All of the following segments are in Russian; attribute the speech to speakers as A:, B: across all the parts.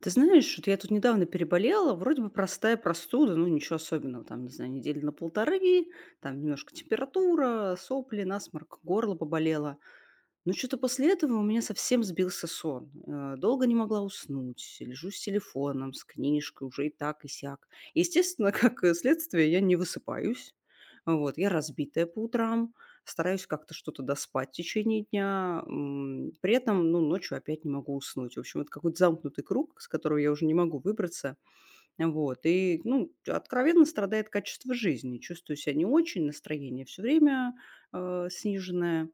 A: Ты знаешь, вот я тут недавно переболела, вроде бы простая простуда, ну ничего особенного, там, не знаю, недели на полторы, там немножко температура, сопли, насморк, горло поболело. Но что то после этого у меня совсем сбился сон. Долго не могла уснуть, лежу с телефоном, с книжкой, уже и так, и сяк. Естественно, как, следствие, я не высыпаюсь. Вот, я разбитая по утрам, стараюсь как-то что-то доспать в течение дня, при этом, ну, ночью опять не могу уснуть. В общем, это какой-то замкнутый круг, с которого я уже не могу выбраться. Вот, и, ну, откровенно страдает качество жизни. Чувствую себя не очень, настроение все время, сниженное.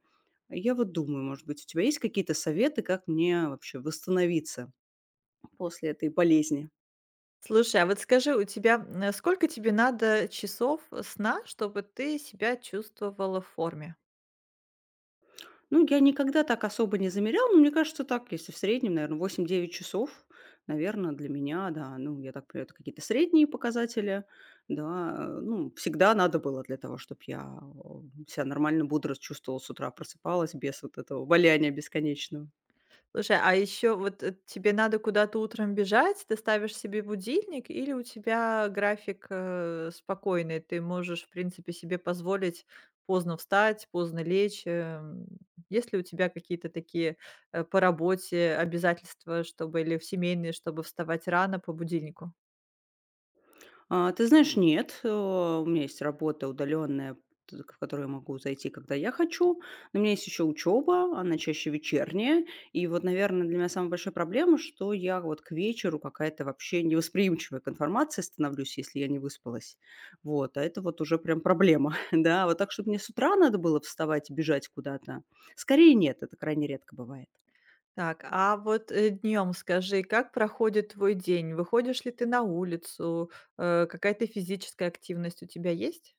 A: Я вот думаю, может быть, у тебя есть какие-то советы, как мне вообще восстановиться после этой болезни?
B: Слушай, а вот скажи, у тебя, сколько тебе надо часов сна, чтобы ты себя чувствовала в форме?
A: Ну, я никогда так особо не замеряла, но мне кажется, так, если в среднем, наверное, 8-9 часов, наверное, для меня, да, ну, я так понимаю, это какие-то средние показатели, да, ну, всегда надо было для того, чтобы я себя нормально, бодро чувствовала с утра, просыпалась без вот этого валяния бесконечного.
B: Слушай, а еще вот, тебе надо куда-то утром бежать, ты ставишь себе будильник или у тебя график, спокойный? Ты можешь, в принципе, себе позволить поздно встать, поздно лечь. Есть ли у тебя какие-то такие, по работе обязательства, чтобы или в семейные, чтобы вставать рано по будильнику?
A: А, ты знаешь, нет, у меня есть работа удаленная, в которую я могу зайти, когда я хочу. Но у меня есть еще учеба, она чаще вечерняя. И вот, наверное, для меня самая большая проблема, что я вот к вечеру какая-то вообще невосприимчивая к информации становлюсь, если я не выспалась. Вот, а это вот уже прям проблема, да. Вот так, чтобы мне с утра надо было вставать и бежать куда-то, скорее нет, это крайне редко бывает.
B: Так, а вот, днем скажи, как проходит твой день? Выходишь ли ты на улицу? Какая-то физическая активность у тебя есть?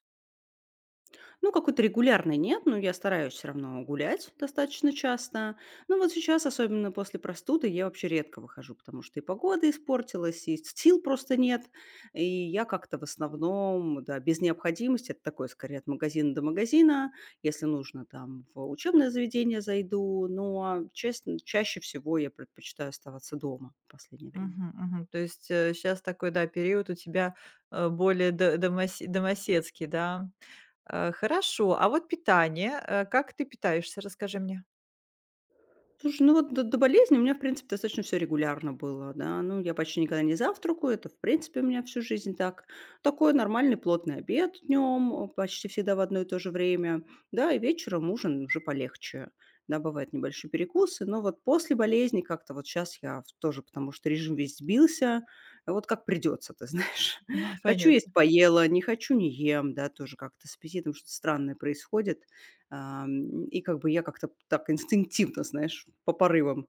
A: Ну, какой-то регулярной нет, но я стараюсь все равно гулять достаточно часто. Ну вот сейчас, особенно после простуды, я вообще редко выхожу, потому что и погода испортилась, и сил просто нет. И я как-то в основном, да, без необходимости, это такое скорее от магазина до магазина. Если нужно, там в учебное заведение зайду, но честно, чаще всего я предпочитаю оставаться дома в последнее время.
B: Мгм, мгм. То есть, сейчас такой, да, период у тебя, более до домосе домоседский, да. Хорошо, а вот питание, как ты питаешься, расскажи мне?
A: Слушай, ну вот до болезни у меня, в принципе, достаточно все регулярно было, да. Ну, я почти никогда не завтракаю, это, в принципе, у меня всю жизнь так. Такой нормальный плотный обед днем, почти всегда в одно и то же время, да, и вечером ужин уже полегче. Да, бывают небольшие перекусы, но вот после болезни как-то вот сейчас я тоже, потому что режим весь сбился, а вот как придется, ты знаешь. Хочу есть,
B: Понятно.
A: поела, не хочу, не ем, да, тоже как-то с аппетитом что-то странное происходит. И как бы я как-то так инстинктивно, знаешь, по порывам.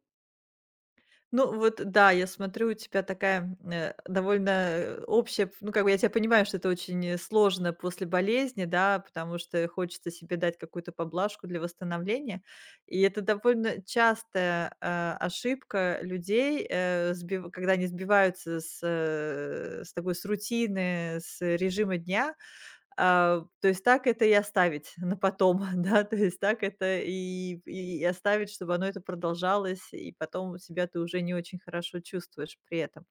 B: Ну вот да, я смотрю, у тебя такая, довольно, общая, ну, как бы я тебя понимаю, что это очень, сложно после болезни, да, потому что хочется себе дать какую-то поблажку для восстановления. И это довольно частая, ошибка людей, э, сбив когда они сбиваются с, с такой, с рутины, с режима дня. А, то есть так это и оставить на потом, да, то есть так это и оставить, чтобы оно это продолжалось, и потом себя ты уже не очень хорошо чувствуешь при этом.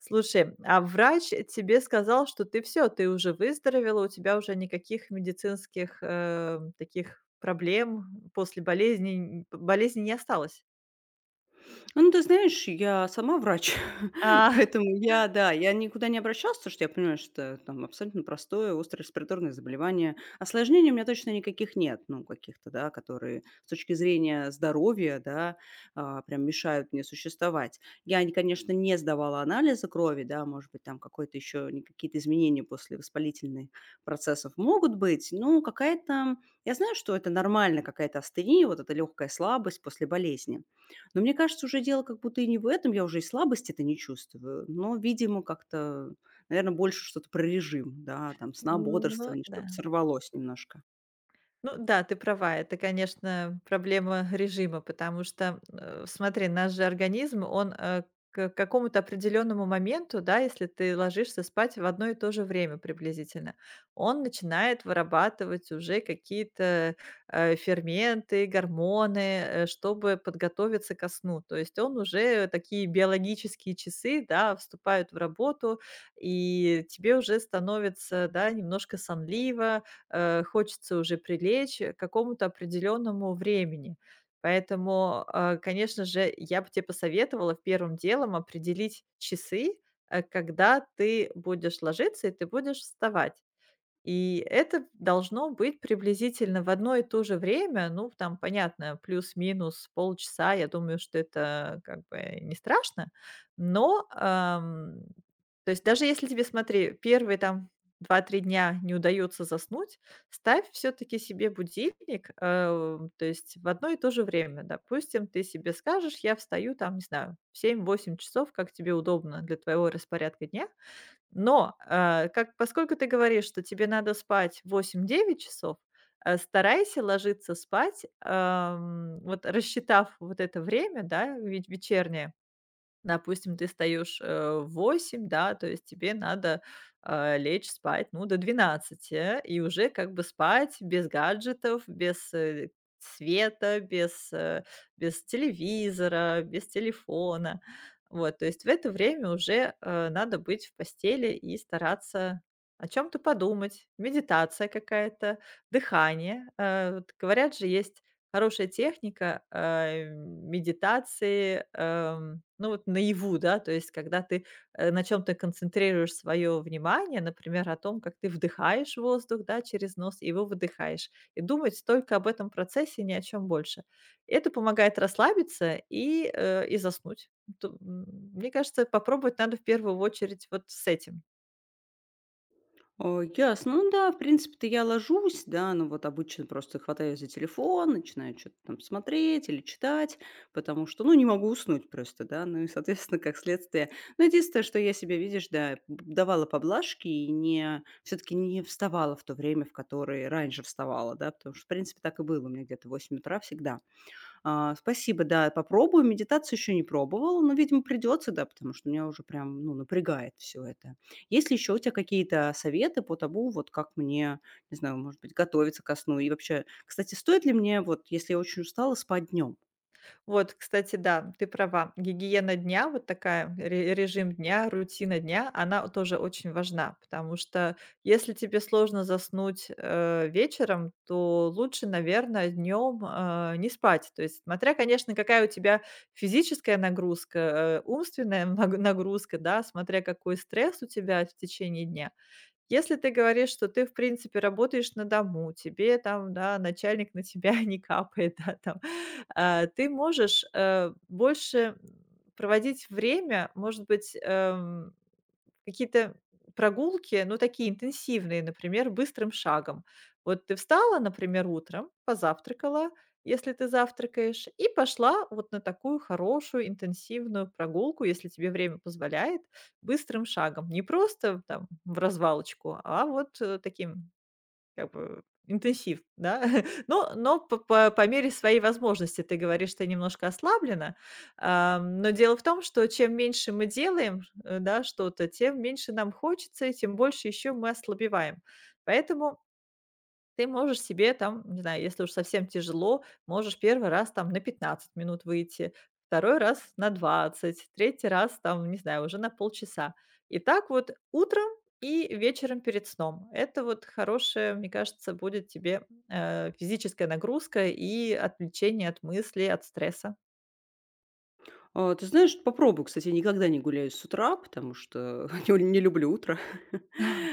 B: Слушай, а врач тебе сказал, что ты все, ты уже выздоровела, у тебя уже никаких медицинских, таких проблем после болезни не осталось?
A: Ну, ты знаешь, я сама врач,
B: А,
A: поэтому я, да, я никуда не обращалась, потому что я понимаю, что там абсолютно простое острое респираторное заболевание. Осложнений у меня точно никаких нет, ну, каких-то, да, которые с точки зрения здоровья, да, прям мешают мне существовать. Я, конечно, не сдавала анализы крови, да, может быть, там какое-то еще какие-то изменения после воспалительных процессов могут быть, ну, какая-то... Я знаю, что это нормально, какая-то астения, вот эта легкая слабость после болезни. Но мне кажется, уже дело как будто и не в этом, я уже и слабости-то не чувствую, но, видимо, как-то, наверное, больше что-то про режим, да, там сна,
B: ну
A: бодрствование, что-то
B: да.
A: сорвалось немножко.
B: Ну да, ты права, это, конечно, проблема режима, потому что, смотри, наш же организм, он к какому-то определенному моменту, да, если ты ложишься спать в одно и то же время приблизительно, он начинает вырабатывать уже какие-то ферменты, гормоны, чтобы подготовиться ко сну. То есть он уже такие биологические часы, да, вступают в работу, и тебе уже становится, да, немножко сонливо, хочется уже прилечь к какому-то определенному времени. Поэтому, конечно же, я бы тебе посоветовала первым делом определить часы, когда ты будешь ложиться и ты будешь вставать. И это должно быть приблизительно в одно и то же время. Ну, там, понятно, плюс-минус полчаса. Я думаю, что это как бы не страшно. Но, то есть даже если тебе, смотри, первые там 2-3 дня не удается заснуть, ставь все-таки себе будильник, то есть в одно и то же время. Допустим, ты себе скажешь, я встаю там, не знаю, в 7-8 часов, как тебе удобно для твоего распорядка дня, но, э, как поскольку ты говоришь, что тебе надо спать 8-9 часов, старайся ложиться спать, вот рассчитав вот это время, да, ве вечернее. Допустим, ты встаешь в 8, да, то есть тебе надо, лечь спать, ну, до 12, и уже как бы спать без гаджетов, без, света, без телевизора, без телефона. Вот, то есть в это время уже, надо быть в постели и стараться о чем то подумать. Медитация какая-то, дыхание. Вот говорят же, есть хорошая техника, медитации, ну, вот наяву, да, то есть когда ты, на чем то концентрируешь свое внимание, например, о том, как ты вдыхаешь воздух, да, через нос и его выдыхаешь, и думать только об этом процессе, ни о чем больше. Это помогает расслабиться и заснуть. Ту м, Мне кажется, попробовать надо в первую очередь вот с этим.
A: О, ясно. Ну да, в принципе-то я ложусь, да, ну вот обычно просто хватаю за телефон, начинаю что-то там смотреть или читать, потому что, ну, не могу уснуть просто, да, ну и, соответственно, как следствие. Ну, единственное, что я себе, видишь, да, давала поблажки и не, все-таки не вставала в то время, в которое раньше вставала, да, потому что, в принципе, так и было у меня где-то в 8 утра всегда. А, спасибо, да, попробую. Медитацию еще не пробовала, но, видимо, придется, да, потому что меня уже прям, ну, напрягает все это. Есть ли еще у тебя какие-то советы по тому, вот как мне, не знаю, может быть, готовиться ко сну? И вообще, кстати, стоит ли мне, вот, если я очень устала, спать днем?
B: Вот, кстати, да, ты права. Гигиена дня, вот такая, режим дня, рутина дня, она тоже очень важна, потому что если тебе сложно заснуть вечером, то лучше, наверное, днем не спать. То есть, смотря, конечно, какая у тебя физическая нагрузка, умственная нагрузка, да, смотря какой стресс у тебя в течение дня, если ты говоришь, что ты, в принципе, работаешь на дому, тебе там, да, начальник на тебя не капает, да, там, ты можешь, больше, проводить время, может быть, какие-то прогулки, ну, такие интенсивные, например, быстрым шагом. Вот ты встала, например, утром, позавтракала, если ты завтракаешь, и пошла вот на такую хорошую интенсивную прогулку, если тебе время позволяет, быстрым шагом. Не просто там в развалочку, а вот таким как бы интенсив, да? Но по мере своей возможности. Ты говоришь, что немножко ослаблена. Но дело в том, что чем меньше мы делаем, да, что-то, тем меньше нам хочется, и тем больше еще мы ослабеваем. Поэтому ты можешь себе там, не знаю, если уж совсем тяжело, можешь первый раз там на 15 минут выйти, второй раз на 20, третий раз там, не знаю, уже на полчаса. И так вот утром и вечером перед сном. Это вот хорошая, мне кажется, будет тебе, физическая нагрузка и отвлечение от мыслей, от стресса.
A: А, ты знаешь, попробую. Кстати, я никогда не гуляю с утра, потому что не люблю утро.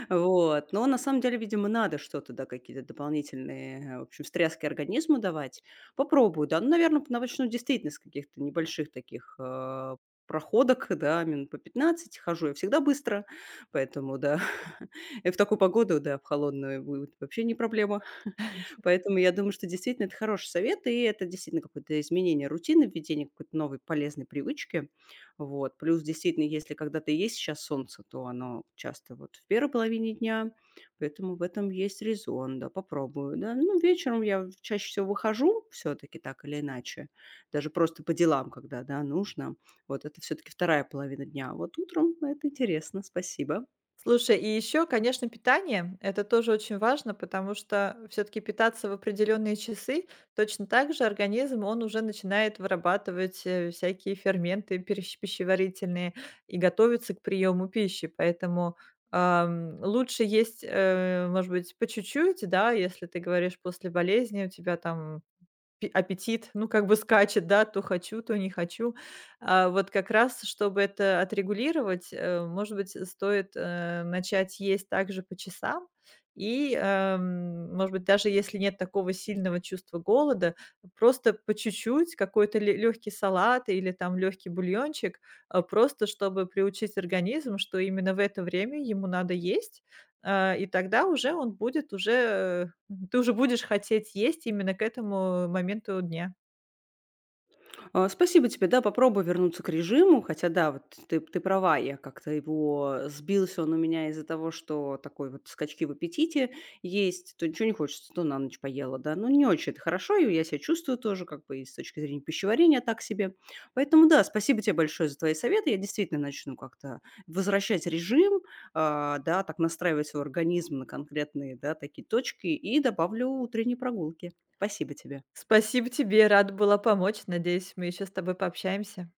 A: Вот. Но на самом деле, видимо, надо что-то, да, какие-то дополнительные, в общем, встряски организму давать. Попробую, да. Ну, наверное, начну действительно с каких-то небольших таких проходок, да, минут по 15. Хожу я всегда быстро, поэтому, да, и в такую погоду, да, в холодную будет вообще не проблема. Поэтому я думаю, что действительно это хороший совет, и это действительно какое-то изменение рутины, введение какой-то новой полезной привычки. Вот. Плюс действительно, если когда-то и есть сейчас солнце, то оно часто вот в первой половине дня, поэтому в этом есть резон, да, попробую, да. Ну, вечером я чаще всего выхожу все-таки так или иначе, даже просто по делам, когда, да, нужно. Вот это все-таки вторая половина дня. А вот утром это интересно, спасибо.
B: Слушай, и еще, конечно, питание. Это тоже очень важно, потому что все-таки питаться в определенные часы точно так же организм, он уже начинает вырабатывать всякие ферменты пищеварительные и готовится к приему пищи. Поэтому лучше есть, может быть, по чуть-чуть, да, если ты говоришь после болезни, у тебя там пи аппетит, ну, как бы скачет, да, то хочу, то не хочу. А, вот как раз, чтобы это отрегулировать, может быть, стоит, начать есть также по часам. И, может быть, даже если нет такого сильного чувства голода, просто по чуть-чуть какой-то легкий салат или там легкий бульончик, просто чтобы приучить организм, что именно в это время ему надо есть. А, и тогда уже он будет уже, ты уже будешь хотеть есть именно к этому моменту дня.
A: А, спасибо тебе. Да, попробую вернуться к режиму. Хотя да, вот ты права, я как-то его сбился он у меня из-за того, что такой вот скачки в аппетите есть. То ничего не хочется, то на ночь поела, да. Ну, не очень это хорошо, и я себя чувствую тоже как бы и с точки зрения пищеварения так себе. Поэтому да, спасибо тебе большое за твои советы. Я действительно начну как-то возвращать режим, да, так настраивать свой организм на конкретные, да, такие точки и добавлю утренние прогулки. Спасибо тебе.
B: Спасибо тебе, рада была помочь. Надеюсь, мы еще с тобой пообщаемся.